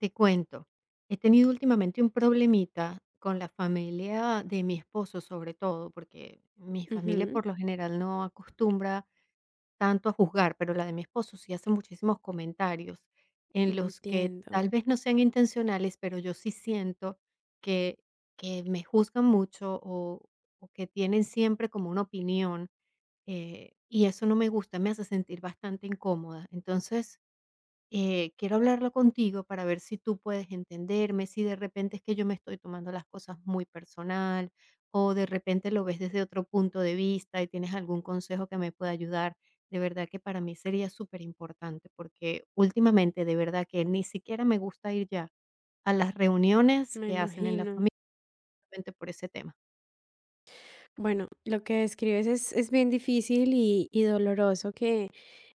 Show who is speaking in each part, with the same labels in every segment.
Speaker 1: Te cuento, he tenido últimamente un problemita con la familia de mi esposo, sobre todo, porque mi familia
Speaker 2: Ujú,
Speaker 1: por lo general no acostumbra tanto a juzgar, pero la de mi esposo sí hace muchísimos comentarios en los que
Speaker 2: entiendo,
Speaker 1: tal vez no sean intencionales, pero yo sí siento que, que me juzgan mucho o que tienen siempre como una opinión. Y eso no me gusta, me hace sentir bastante incómoda. Entonces, quiero hablarlo contigo para ver si tú puedes entenderme, si de repente es que yo me estoy tomando las cosas muy personal o de repente lo ves desde otro punto de vista y tienes algún consejo que me pueda ayudar. De verdad que para mí sería súper importante porque últimamente de verdad que ni siquiera me gusta ir ya a las reuniones
Speaker 2: me
Speaker 1: que hacen en la
Speaker 2: imagino.
Speaker 1: familia justamente por ese tema.
Speaker 2: Bueno, lo que describes es bien difícil y doloroso que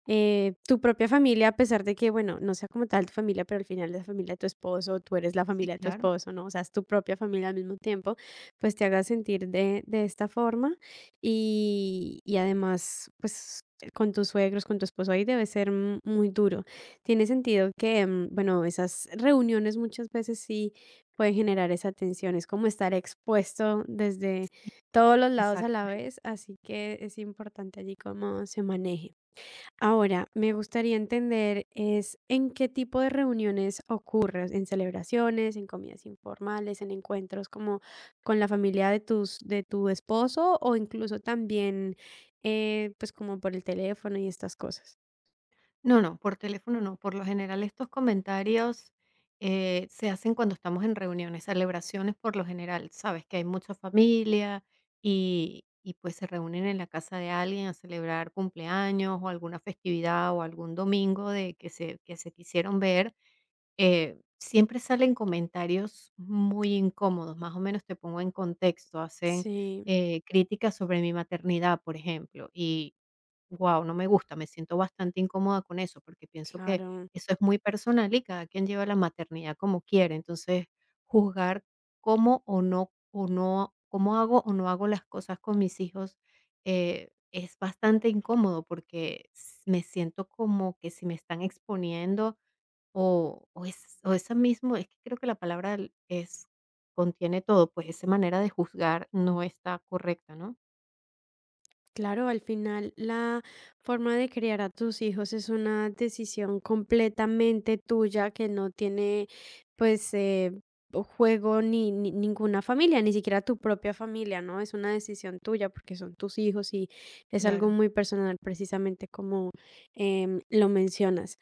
Speaker 2: tu propia familia, a pesar de que, bueno, no sea como tal tu familia, pero al final es la familia de tu esposo, tú eres la
Speaker 1: Sí,
Speaker 2: familia de tu
Speaker 1: claro,
Speaker 2: esposo, ¿no? O sea, es tu propia familia al mismo tiempo, pues te haga sentir de esta forma y además, pues con tus suegros, con tu esposo ahí debe ser muy duro. Tiene sentido que, bueno, esas reuniones muchas veces sí pueden generar esa tensión, es como estar expuesto desde todos los lados a
Speaker 1: exacto.
Speaker 2: la vez, así que es importante allí cómo se maneje. Ahora, me gustaría entender es en qué tipo de reuniones ocurre, en celebraciones, en comidas informales, en encuentros como con la familia de tus de tu esposo o incluso también, pues, como por el teléfono y estas cosas.
Speaker 1: No, no, por teléfono no. Por lo general, estos comentarios se hacen cuando estamos en reuniones, celebraciones por lo general. Sabes que hay mucha familia y pues se reúnen en la casa de alguien a celebrar cumpleaños o alguna festividad o algún domingo de que se quisieron ver. Siempre salen comentarios muy incómodos, más o menos te pongo en contexto. Hacen
Speaker 2: Sí,
Speaker 1: críticas sobre mi maternidad, por ejemplo. Wow, no me gusta, me siento bastante incómoda con eso, porque pienso que
Speaker 2: claro.
Speaker 1: eso es muy personal y cada quien lleva la maternidad como quiere. Entonces, juzgar cómo o no cómo hago o no hago las cosas con mis hijos, es bastante incómodo porque s me siento como que si me están exponiendo o esa mismo es que creo que la palabra l es contiene todo, pues, esa manera de juzgar no está correcta, ¿no?
Speaker 2: Claro, al final la forma de criar a tus hijos es una decisión completamente tuya que no tiene pues o juego ni, ninguna familia, ni siquiera tu propia familia, ¿no? Es una decisión tuya porque son tus hijos y es algo
Speaker 1: Claro.
Speaker 2: muy personal precisamente como lo mencionas.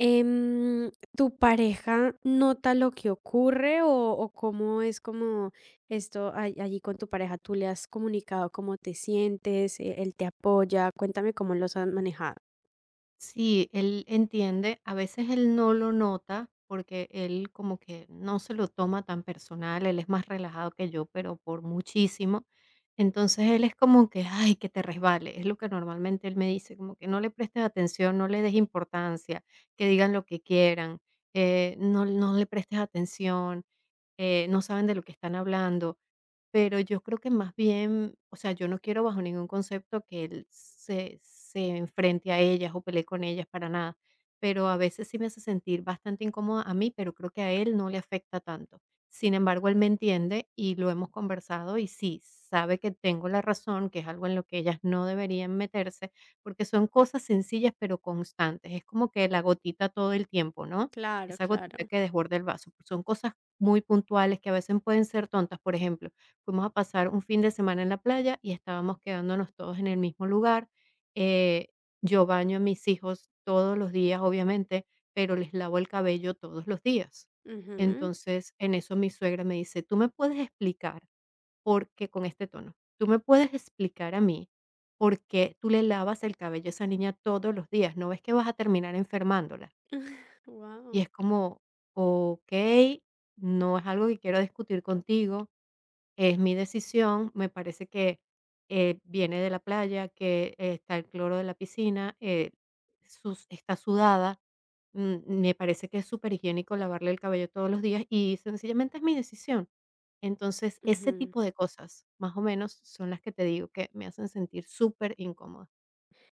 Speaker 2: Em, ¿Tu pareja nota lo que ocurre o cómo es como esto allí con tu pareja? ¿Tú le has comunicado cómo te sientes? ¿Él te apoya? Cuéntame cómo los has manejado.
Speaker 1: Sí, él entiende, a veces él no lo nota porque él como que no se lo toma tan personal, él es más relajado que yo, pero por muchísimo. Entonces él es como que, ay, que te resbale, es lo que normalmente él me dice, como que no le prestes atención, no le des importancia, que digan lo que quieran, no, no le prestes atención, no saben de lo que están hablando. Pero yo creo que más bien, o sea, yo no quiero bajo ningún concepto que él se enfrente a ellas o pelee con ellas para nada, pero a veces sí me hace sentir bastante incómoda a mí, pero creo que a él no le afecta tanto. Sin embargo, él me entiende y lo hemos conversado y sí, sabe que tengo la razón, que es algo en lo que ellas no deberían meterse, porque son cosas sencillas pero constantes. Es como que la gotita todo el tiempo, ¿no?
Speaker 2: Claro,
Speaker 1: Esa
Speaker 2: claro.
Speaker 1: gotita que desborda el vaso. Son cosas muy puntuales que a veces pueden ser tontas. Por ejemplo, fuimos a pasar un fin de semana en la playa y estábamos quedándonos todos en el mismo lugar. Eh, yo baño a mis hijos todos los días, obviamente, pero les lavo el cabello todos los días. Entonces, en eso mi suegra me dice, tú me puedes explicar por qué, con este tono, tú me puedes explicar a mí por qué tú le lavas el cabello a esa niña todos los días, no ves que vas a terminar enfermándola. Y
Speaker 2: Wow.
Speaker 1: es como, ok, no es algo que quiero discutir contigo, es mi decisión, me parece que, viene de la playa, que está el cloro de la piscina, sus está sudada, me parece que es súper higiénico lavarle el cabello todos los días y sencillamente es mi decisión. Entonces, ese tipo de cosas, más o menos, son las que te digo que me hacen sentir súper incómoda.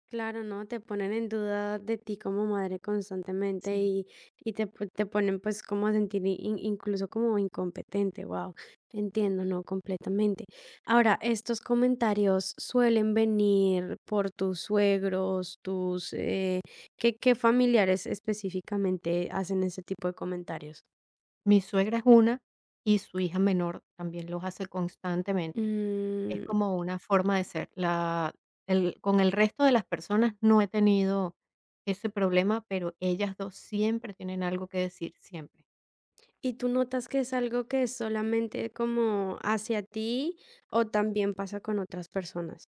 Speaker 2: Claro, ¿no? Te ponen en duda de ti como madre constantemente
Speaker 1: Sí.
Speaker 2: y te, te ponen pues como a sentir incluso como incompetente, wow, entiendo, ¿no? Completamente. Ahora, estos comentarios suelen venir por tus suegros, tus, ¿qué, qué familiares específicamente hacen ese tipo de comentarios?
Speaker 1: Mi suegra es una y su hija menor también los hace constantemente. Es
Speaker 2: Mm,
Speaker 1: como una forma de ser. La el Con el resto de las personas no he tenido ese problema, pero ellas 2 siempre tienen algo que decir, siempre.
Speaker 2: ¿y tú notas que es algo que es solamente como hacia ti o también pasa con otras personas?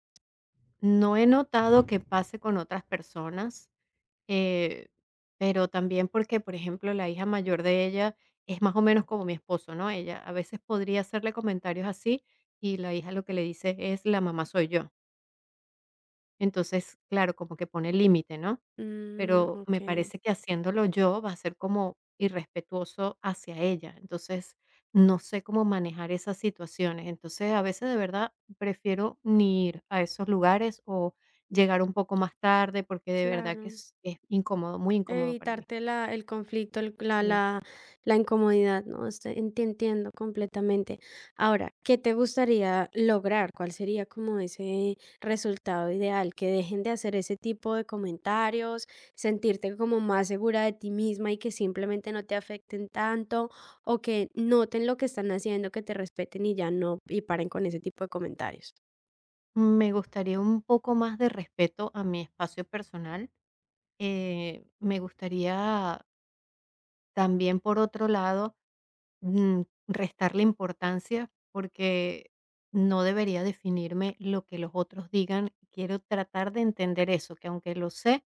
Speaker 1: No he notado que pase con otras personas, eh, pero también porque, por ejemplo, la hija mayor de ella es más o menos como mi esposo, ¿no? Ella a veces podría hacerle comentarios así, y la hija lo que le dice es: "La mamá soy yo". Entonces, claro, como que pone límite, ¿no?
Speaker 2: Mm,
Speaker 1: Pero me
Speaker 2: ok,
Speaker 1: parece que haciéndolo yo va a ser como irrespetuoso hacia ella. Entonces, no sé cómo manejar esas situaciones. Entonces, a veces de verdad prefiero ni ir a esos lugares o llegar un poco más tarde porque de verdad que
Speaker 2: claro.
Speaker 1: es incómodo, muy incómodo para mí.
Speaker 2: Evitarte la, el conflicto, la,
Speaker 1: Sí.
Speaker 2: la, la incomodidad, ¿no? Este, te entiendo completamente. Ahora, ¿qué te gustaría lograr? ¿Cuál sería como ese resultado ideal? Que dejen de hacer ese tipo de comentarios, sentirte como más segura de ti misma y que simplemente no te afecten tanto o que noten lo que están haciendo, que te respeten y ya no, y paren con ese tipo de comentarios.
Speaker 1: Me gustaría un poco más de respeto a mi espacio personal. Me gustaría también, por otro lado, mm, restarle importancia porque no debería definirme lo que los otros digan. Quiero tratar de entender eso, que aunque lo sé,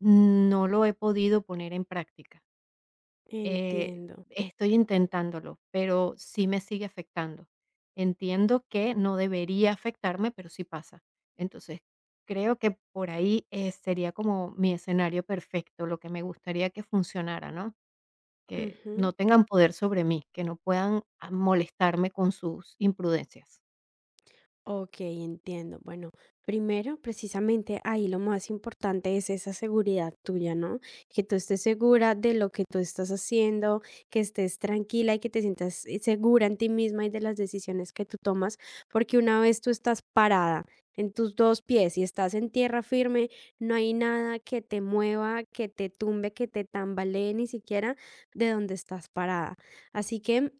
Speaker 1: no lo he podido poner en práctica. Eh,
Speaker 2: Entiendo.
Speaker 1: Estoy intentándolo, pero sí me sigue afectando. Entiendo que no debería afectarme, pero sí pasa. Entonces, creo que por ahí sería como mi escenario perfecto, lo que me gustaría que funcionara, ¿no? Que
Speaker 2: Ujú.
Speaker 1: no tengan poder sobre mí, que no puedan a molestarme con sus imprudencias.
Speaker 2: Ok, entiendo. Bueno, primero, precisamente ahí lo más importante es esa seguridad tuya, ¿no? Que tú estés segura de lo que tú estás haciendo, que estés tranquila y que te sientas segura en ti misma y de las decisiones que tú tomas, porque una vez tú estás parada en tus dos pies y estás en tierra firme, no hay nada que te mueva, que te tumbe, que te tambalee ni siquiera de donde estás parada. Así que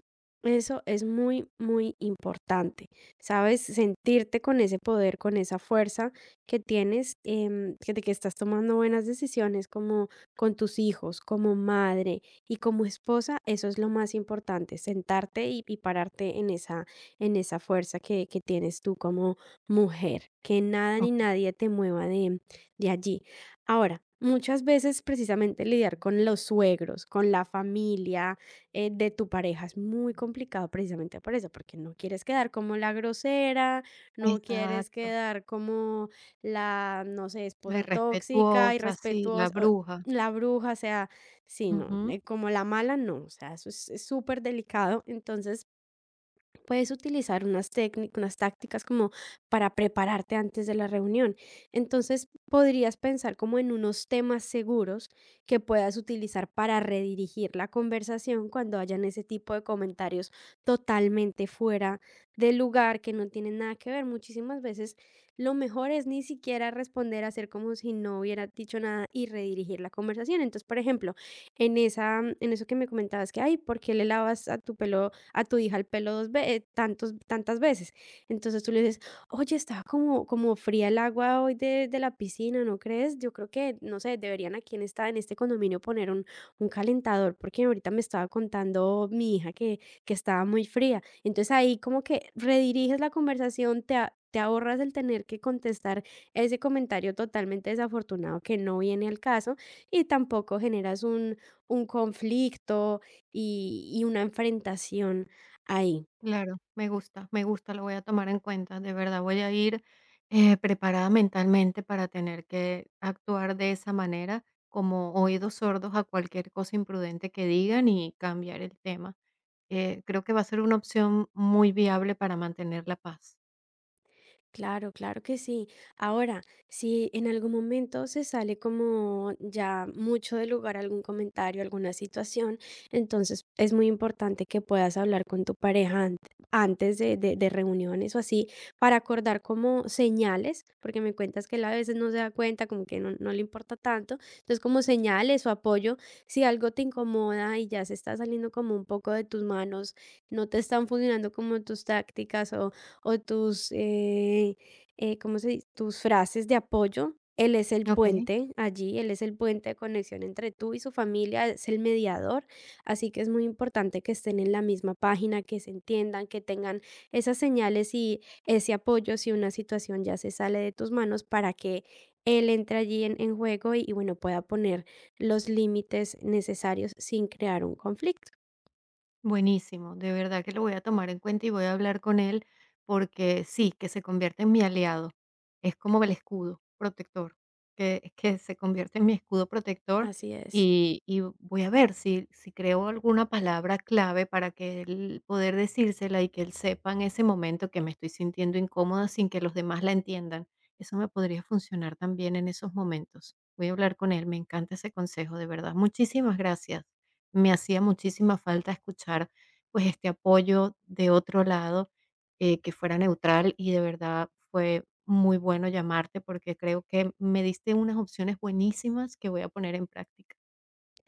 Speaker 2: eso es muy, muy importante. ¿Sabes? Sentirte con ese poder, con esa fuerza que tienes, que de que estás tomando buenas decisiones como con tus hijos, como madre y como esposa, eso es lo más importante, sentarte y pararte en esa fuerza que tienes tú como mujer, que nada ni
Speaker 1: Okey.
Speaker 2: nadie te mueva de allí. Ahora, muchas veces precisamente lidiar con los suegros, con la familia, de tu pareja. Es muy complicado precisamente por eso, porque no quieres quedar como la grosera, no quieres
Speaker 1: Exacto,
Speaker 2: quedar como la, no sé,
Speaker 1: la
Speaker 2: esposa tóxica,
Speaker 1: irrespetuosa, sí, la
Speaker 2: irrespetuosa, o
Speaker 1: bruja.
Speaker 2: la bruja, o sea, sí, no,
Speaker 1: Ujú,
Speaker 2: como la mala, no, o sea, eso es súper delicado. Entonces, puedes utilizar unas técnicas, unas tácticas como para prepararte antes de la reunión. Entonces, podrías pensar como en unos temas seguros que puedas utilizar para redirigir la conversación cuando hayan ese tipo de comentarios totalmente fuera del lugar, que no tienen nada que ver. Muchísimas veces lo mejor es ni siquiera responder, hacer como si no hubiera dicho nada y redirigir la conversación. Entonces, por ejemplo, en esa, en eso que me comentabas que, ay, ¿por qué le lavas a tu pelo a tu hija el pelo dos ve tantos tantas veces? Entonces tú le dices: "Oye, estaba como como fría el agua hoy de la piscina, ¿no crees? Yo creo que, no sé, deberían aquí en esta en este condominio poner un calentador, porque ahorita me estaba contando mi hija que estaba muy fría". Entonces ahí como que rediriges la conversación, te ahorras el tener que contestar ese comentario totalmente desafortunado que no viene al caso, y tampoco generas un conflicto y una enfrentación ahí.
Speaker 1: claro, me gusta, lo voy a tomar en cuenta, de verdad voy a ir, preparada mentalmente para tener que actuar de esa manera, como oídos sordos a cualquier cosa imprudente que digan y cambiar el tema. Creo que va a ser una opción muy viable para mantener la paz.
Speaker 2: Claro, claro que sí. Ahora, si en algún momento se sale como ya mucho del lugar algún comentario, alguna situación, entonces es muy importante que puedas hablar con tu pareja antes de, de reuniones o así, para acordar como señales, porque me cuentas que él a veces no se da cuenta, como que no, no le importa tanto. Entonces, como señales o apoyo, si algo te incomoda y ya se está saliendo como un poco de tus manos, no te están funcionando como tus tácticas o tus, ¿cómo se dice? Tus frases de apoyo. Él es el
Speaker 1: Okey.
Speaker 2: puente allí, él es el puente de conexión entre tú y su familia, es el mediador, así que es muy importante que estén en la misma página, que se entiendan, que tengan esas señales y ese apoyo si una situación ya se sale de tus manos para que él entre allí en juego y bueno, pueda poner los límites necesarios sin crear un conflicto.
Speaker 1: Buenísimo, de verdad que lo voy a tomar en cuenta y voy a hablar con él porque sí, que se convierte en mi aliado. Es como el escudo protector, que se convierte en mi escudo protector
Speaker 2: Así es.
Speaker 1: y voy a ver si creo alguna palabra clave para que él poder decírsela y que él sepa en ese momento que me estoy sintiendo incómoda sin que los demás la entiendan. Eso me podría funcionar también en esos momentos. Voy a hablar con él, me encanta ese consejo, de verdad. Muchísimas gracias, me hacía muchísima falta escuchar, pues, este apoyo de otro lado, que fuera neutral y de verdad fue muy bueno llamarte porque creo que me diste unas opciones buenísimas que voy a poner en práctica.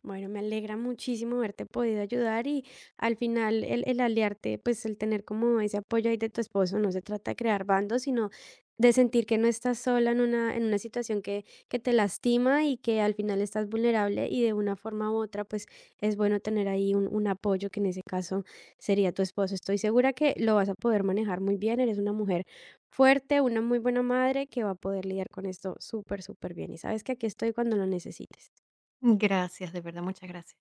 Speaker 2: Bueno, me alegra muchísimo haberte podido ayudar y al final el aliarte, pues el tener como ese apoyo ahí de tu esposo, no se trata de crear bandos, sino de sentir que no estás sola en una situación que te lastima y que al final estás vulnerable y de una forma u otra, pues es bueno tener ahí un apoyo que en ese caso sería tu esposo. Estoy segura que lo vas a poder manejar muy bien, eres una mujer fuerte, una muy buena madre que va a poder lidiar con esto súper, súper bien y sabes que aquí estoy cuando lo necesites.
Speaker 1: Gracias, de verdad, muchas gracias.